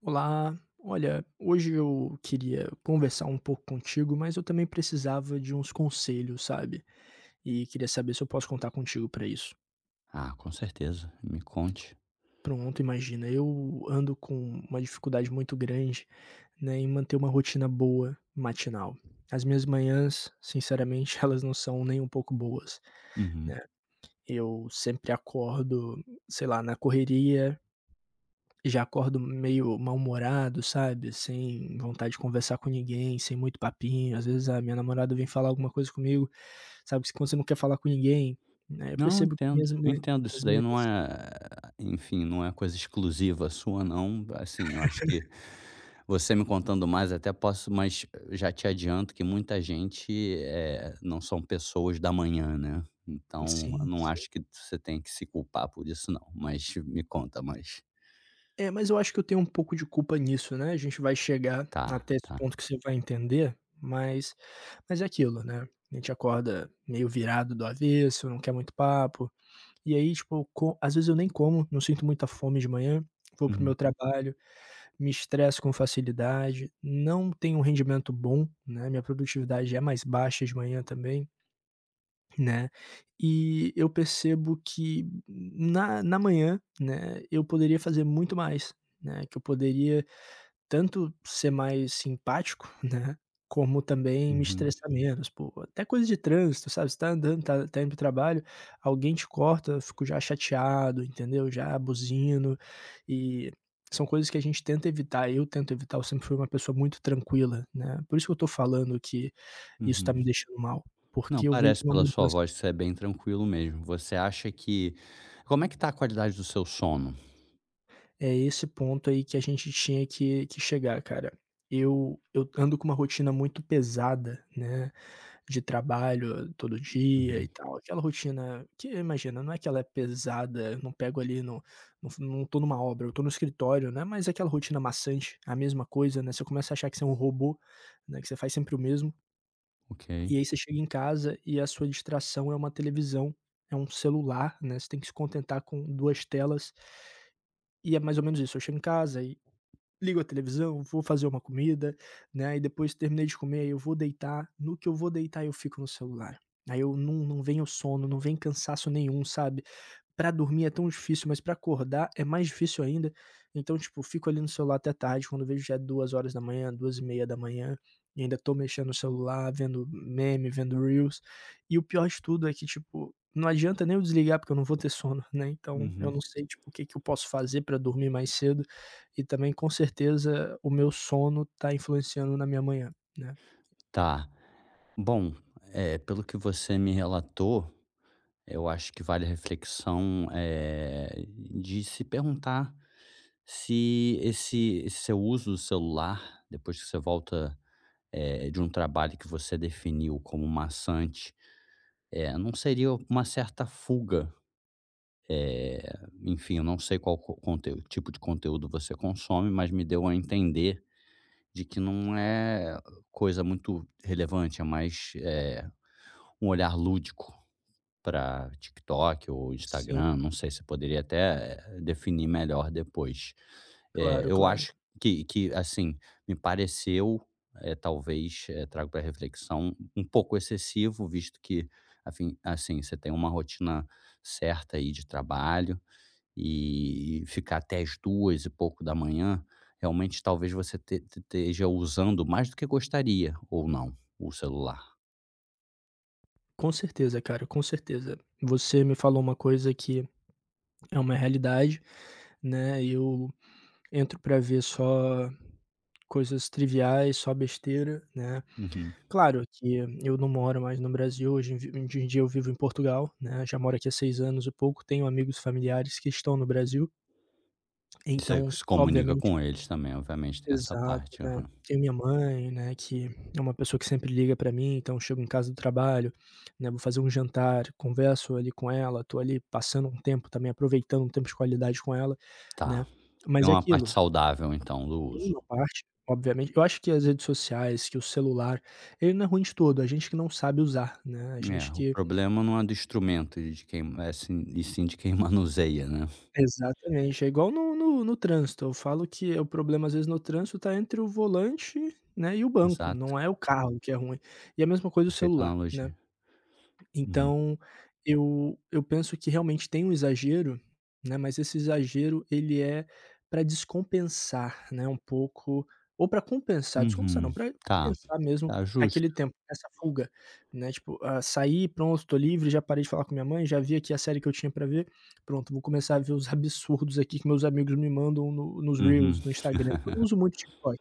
Olá, olha, hoje eu queria conversar um pouco contigo, mas eu também precisava de uns conselhos, sabe? E queria saber se eu posso contar contigo para isso. Ah, com certeza, me conte. Pronto, imagina, eu ando com uma dificuldade muito grande, né, em manter uma rotina boa matinal. As minhas manhãs, sinceramente, elas não são nem um pouco boas, Uhum. né? Eu sempre acordo, sei lá, na correria. Já acordo meio mal-humorado, sabe, sem vontade de conversar com ninguém, sem muito papinho. Às vezes a minha namorada vem falar alguma coisa comigo, sabe, que quando você não quer falar com ninguém, né, eu Não, percebo que entendo, minhas mães entendo, isso minhas daí não manhãs é enfim, não é coisa exclusiva sua não, assim, eu acho que você me contando mais até posso mas já te adianto que muita gente, não são pessoas da manhã, né, então eu sim, não sim. acho que você tem que se culpar por isso não, mas me conta mais. É, mas eu acho que eu tenho um pouco de culpa nisso, né, a gente vai chegar Tá, até esse tá. ponto que você vai entender, mas é aquilo, né, a gente acorda meio virado do avesso, não quer muito papo. E aí, tipo, eu co às vezes eu nem como, não sinto muita fome de manhã, vou pro meu Uhum, trabalho, me estresso com facilidade, não tenho um rendimento bom, né, minha produtividade é mais baixa de manhã também, né, e eu percebo que na manhã, né, eu poderia fazer muito mais, né, que eu poderia tanto ser mais simpático, né, como também me uhum, estressar menos, pô. Até coisa de trânsito, sabe, você tá andando, tá indo pro trabalho, alguém te corta, eu fico já chateado, entendeu, já buzino, e são coisas que a gente tenta evitar, eu tento evitar, eu sempre fui uma pessoa muito tranquila, né. Por isso que eu tô falando que isso tá uhum. me deixando mal, Não, porque eu vejo parece uma pela sua mudança. voz que você é bem tranquilo mesmo. Você acha que como é que tá a qualidade do seu sono? É esse ponto aí que a gente tinha que chegar, cara. Eu ando com uma rotina muito pesada, né, de trabalho todo dia Uhum, e tal, aquela rotina que imagina, não é que ela é pesada, eu não pego ali no não tô numa obra, eu tô no escritório, né, mas é aquela rotina maçante, a mesma coisa, né, você começa a achar que você é um robô, né, que você faz sempre o mesmo, ok. e aí você chega em casa e a sua distração é uma televisão, é um celular, né, você tem que se contentar com 2 telas, e é mais ou menos isso, eu chego em casa e ligo a televisão, vou fazer uma comida, né, e depois terminei de comer, eu vou deitar, no que eu vou deitar eu fico no celular. Aí eu não vem o sono, não vem cansaço nenhum, sabe. Pra dormir é tão difícil, mas pra acordar é mais difícil ainda. Então, tipo, fico ali no celular até tarde, quando eu vejo já é 2h, 2h30, e meia da manhã, e ainda tô mexendo no celular, vendo meme, vendo reels. E o pior de tudo é que, tipo, não adianta nem eu desligar, porque eu não vou ter sono, né. Então, eu Uhum. não sei, tipo, o que que eu posso fazer pra dormir mais cedo e também, com certeza, o meu sono tá influenciando na minha manhã, né. Tá. Bom, pelo que você me relatou, eu acho que vale a reflexão, de se perguntar se esse seu uso do celular, depois que você volta, de um trabalho que você definiu como maçante, é não seria uma certa fuga. Eh, Enfim, eu não sei qual co conteúdo tipo de conteúdo você consome, mas me deu a entender de que não é coisa muito relevante, é mais, um olhar lúdico para TikTok ou Sim, Instagram, não sei, você poderia até definir melhor depois. Claro, Eu claro. acho que, assim, me pareceu, talvez, trago para reflexão, um pouco excessivo, visto que, afim assim, você tem uma rotina certa aí de trabalho, e ficar até as duas e pouco da manhã, realmente talvez você te esteja usando mais do que gostaria, ou não, o celular. Com certeza, cara, com certeza. Você me falou uma coisa que é uma realidade, né, eu entro para ver só coisas triviais, só besteira, né. Uhum. Claro que eu não moro mais no Brasil, hoje em dia eu vivo em Portugal, né, já moro aqui há 6 anos e pouco, tenho amigos familiares que estão no Brasil, Você então se comunica obviamente, com eles também, obviamente tem essa exato, parte, né. aham. Tenho minha mãe, né, que é uma pessoa que sempre liga para mim, então eu chego em casa do trabalho, né, vou fazer um jantar, converso ali com ela, tô ali passando um tempo também, aproveitando um tempo de qualidade com ela, Tá, né. é Mas é uma parte aquilo. saudável então do Tem uso. uma parte, obviamente eu acho que as redes sociais, que o celular, ele não é ruim de todo, a gente que não sabe usar, né, a É, gente o que, problema não é do instrumento e de quem é sim e sim de quem manuseia, né. exatamente, é igual no trânsito, eu falo que o problema às vezes no trânsito tá entre o volante, né, e o banco, Exato, não é o carro que é ruim. E a mesma coisa o perfeita celular, né. analogia. Uhum. Então, eu penso que realmente tem um exagero, né, mas esse exagero ele é para descompensar, né, um pouco ou para compensar, descompensar Uhum. não, para Tá, compensar mesmo tá aquele justo. tempo, essa fuga, né, tipo, ah, saí, pronto, tô livre, já parei de falar com minha mãe, já vi aqui a série que eu tinha para ver, pronto, vou começar a ver os absurdos aqui que meus amigos me mandam nos Uhum. reels, no Instagram. Eu não uso muito TikTok,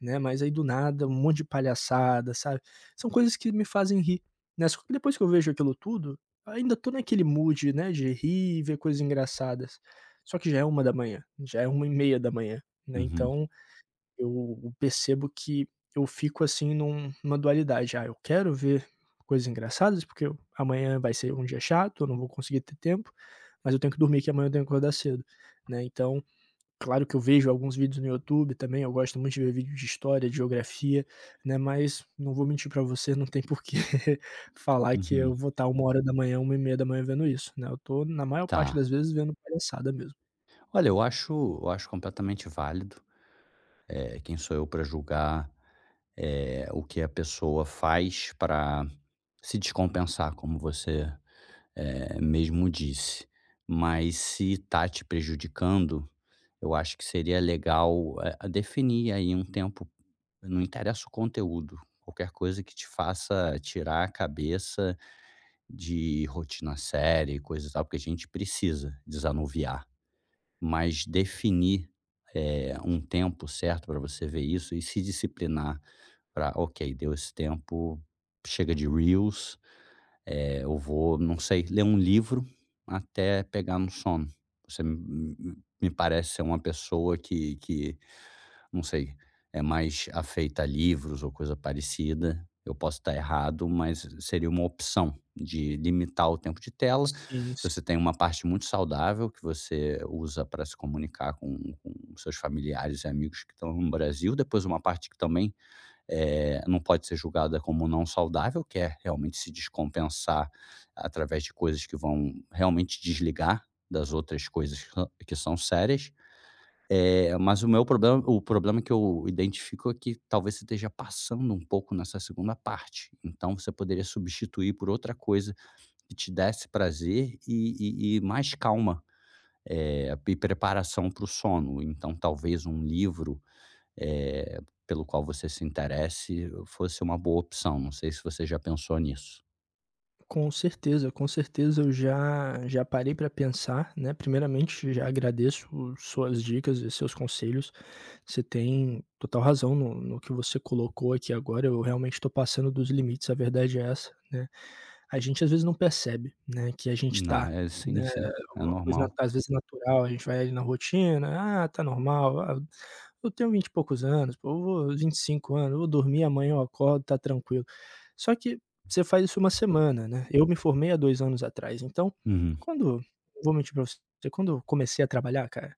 né, mas aí do nada um monte de palhaçada, sabe. São coisas que me fazem rir, né, só que depois que eu vejo aquilo tudo, ainda tô naquele mood, né, de rir e ver coisas engraçadas. Só que já é uma da manhã, já é uma e meia da manhã, né, Uhum, então eu percebo que eu fico, assim, numa dualidade: "Ah, eu quero ver coisas engraçadas, porque eu amanhã vai ser um dia chato, eu não vou conseguir ter tempo, mas eu tenho que dormir que amanhã eu tenho que acordar cedo", né, então. Claro que eu vejo alguns vídeos no YouTube também, eu gosto muito de ver vídeo de história, de geografia, né, mas não vou mentir pra você, não tem por que falar que eu uhum. vou estar 1 hora da manhã, uma e meia da manhã vendo isso, né, eu tô na maior parte Tá. das vezes vendo palhaçada mesmo. Olha, eu acho completamente válido, quem sou eu para julgar, o que a pessoa faz para se descompensar, como você, mesmo disse. Mas se está te prejudicando, eu acho que seria legal, definir aí um tempo, não interessa o conteúdo, qualquer coisa que te faça tirar a cabeça de rotina séria e coisa e tal, porque a gente precisa desanuviar. Mas definir, um tempo certo para você ver isso e se disciplinar para "Ok, deu esse tempo, chega de reels, eu vou, não sei, ler um livro até pegar no sono". Você me parece ser uma pessoa que não sei, é mais afeita a livros ou coisa parecida. Eu posso estar errado, mas seria uma opção de limitar o tempo de tela. Sim, sim. Você tem uma parte muito saudável que você usa para se comunicar com seus familiares e amigos que estão no Brasil. Depois, uma parte que também não pode ser julgada como não saudável, que é realmente se descompensar através de coisas que vão realmente desligar das outras coisas que são sérias. É, mas o meu problema o problema que eu identifico é que talvez você esteja passando um pouco nessa segunda parte, então você poderia substituir por outra coisa que te desse prazer e e mais calma, e preparação para o sono. Então talvez um livro, eh, pelo qual você se interesse fosse uma boa opção, não sei se você já pensou nisso. Com certeza eu já parei para pensar, né, primeiramente já agradeço suas dicas e seus conselhos, você tem total razão no que você colocou aqui agora, eu realmente estou passando dos limites, a verdade é essa, né. A gente às vezes não percebe, né, que a gente Não, está, é sim, né, sim, é uma coisa na normal. às vezes natural, a gente vai ali na rotina, "Ah, tá normal, ah, eu tenho 20 e poucos anos, pô, eu vou 25 anos, eu vou dormir, amanhã eu acordo, tá tranquilo". Só que você faz isso uma semana, né. Eu me formei há 2 anos atrás, então, Uhum, quando não vou mentir pra você, quando eu comecei a trabalhar, cara,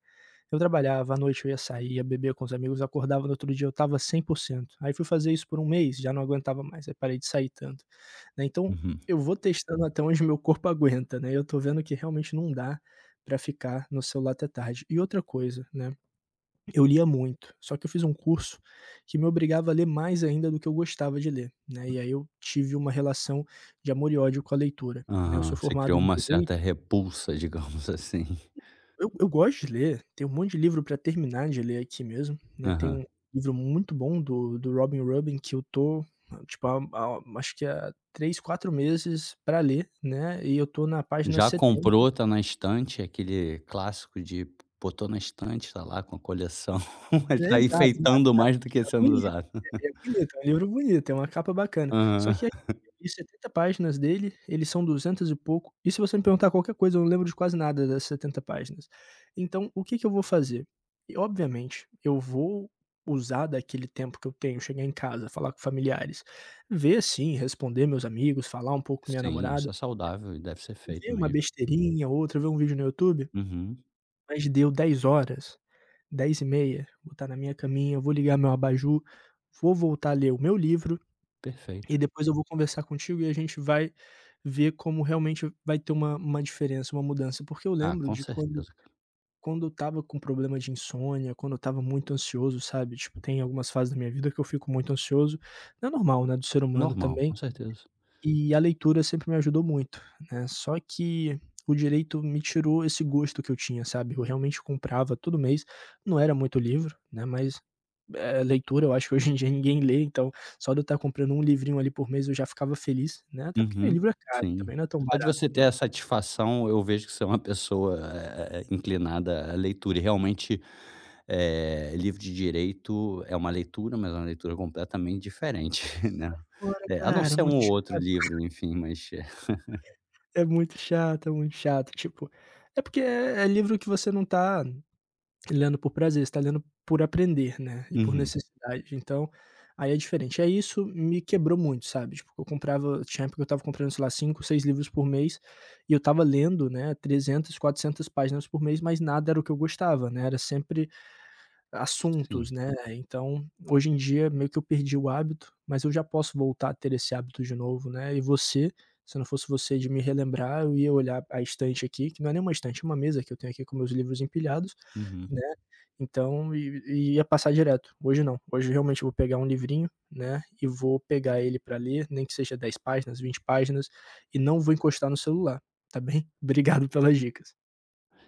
eu trabalhava, à noite eu ia sair, ia beber com os amigos, acordava no outro dia eu estava cento. Aí fui fazer isso por 1 mês, já não aguentava mais, aí parei de sair tanto, né. Então, uhum. eu vou testando até onde meu corpo aguenta, né, eu tô vendo que realmente não dá pra ficar no celular até tarde. E outra coisa, né, eu lia muito, só que eu fiz um curso que me obrigava a ler mais ainda do que eu gostava de ler, né, e aí eu tive uma relação de amor e ódio com a leitura, né. Eu sou Aham, você formado criou em uma certa direito. repulsa, digamos assim. Eu gosto de ler, tem um monte de livro para terminar de ler aqui mesmo, né, tem Aham. um livro muito bom do Robin Rubin que eu tô, tipo, há acho que há 3, 4 meses para ler, né, e eu tô na página Já setenta. comprou, tá na estante, aquele clássico de botou na estante, tá lá com a coleção, mas tá Exato, exato, enfeitando tá mais do que tá sendo bonito. usado. Ele é bonito, é um livro bonito, é uma capa bacana. Só que aqui, Aham. eu li 70 páginas dele, eles são 200 e pouco, e se você me perguntar qualquer coisa, eu não lembro de quase nada das 70 páginas. Então, o que que eu vou fazer? E obviamente, eu vou usar daquele tempo que eu tenho, chegar em casa, falar com familiares, ver sim, responder meus amigos, falar um pouco com minha Sim, isso namorada, é saudável e deve ser feito ver uma mesmo. besteirinha outra, ver um vídeo no YouTube, Uhum, mas deu 10 horas, 10 e meia, vou estar na minha caminha, vou ligar meu abajur, vou voltar a ler o meu livro e perfeito. depois eu vou conversar contigo e a gente vai ver como realmente vai ter uma diferença, uma mudança. Porque eu Ah, lembro com de quando, certeza, cara. quando eu estava com problema de insônia, quando eu estava muito ansioso, sabe, tipo, tem algumas fases da minha vida que eu fico muito ansioso. Não é normal, né, do ser humano Normal, com também, certeza. e a leitura sempre me ajudou muito, né. Só que o direito me tirou esse gosto que eu tinha, sabe, eu realmente comprava todo mês, não era muito livro, né, mas leitura, eu acho que hoje em dia ninguém lê, então só de eu estar comprando um livrinho ali por mês eu já ficava feliz, né, até porque Uhum, livro é caro, sim. também não é tão Só de barato você ter a não. satisfação, eu vejo que você é uma pessoa, inclinada à leitura. E realmente, livro de direito é uma leitura, mas é uma leitura completamente diferente, né. Sai fora É, a não cara, é ser muito um ou outro chato, livro, enfim, mas é muito chato, é muito chato, tipo, é porque é livro que você não tá lendo por prazer, você tá lendo por aprender, né, e por Uhum, necessidade, então, aí é diferente. É isso me quebrou muito, sabe, tipo, eu comprava tinha época que eu estava comprando, sei lá, 5 6 livros por mês, e eu estava lendo, né, 300, 400 páginas por mês, mas nada era o que eu gostava, né, era sempre assuntos, sim. né, então, hoje em dia meio que eu perdi o hábito, mas eu já posso voltar a ter esse hábito de novo, né, e você, se não fosse você de me relembrar, eu ia olhar a estante aqui, que não é nem uma estante, é uma mesa que eu tenho aqui com meus livros empilhados, Uhum. né, então e ia passar direto. Hoje não, hoje realmente eu vou pegar um livrinho, né, e vou pegar ele para ler, nem que seja 10 páginas, 20 páginas, e não vou encostar no celular, tá bem? Obrigado pelas dicas.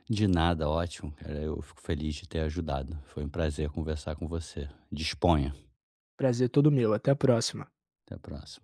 De nada, ótimo, cara. Eu fico feliz de ter ajudado. Foi um prazer conversar com você. Disponha. Prazer todo meu, até a próxima. Até a próxima.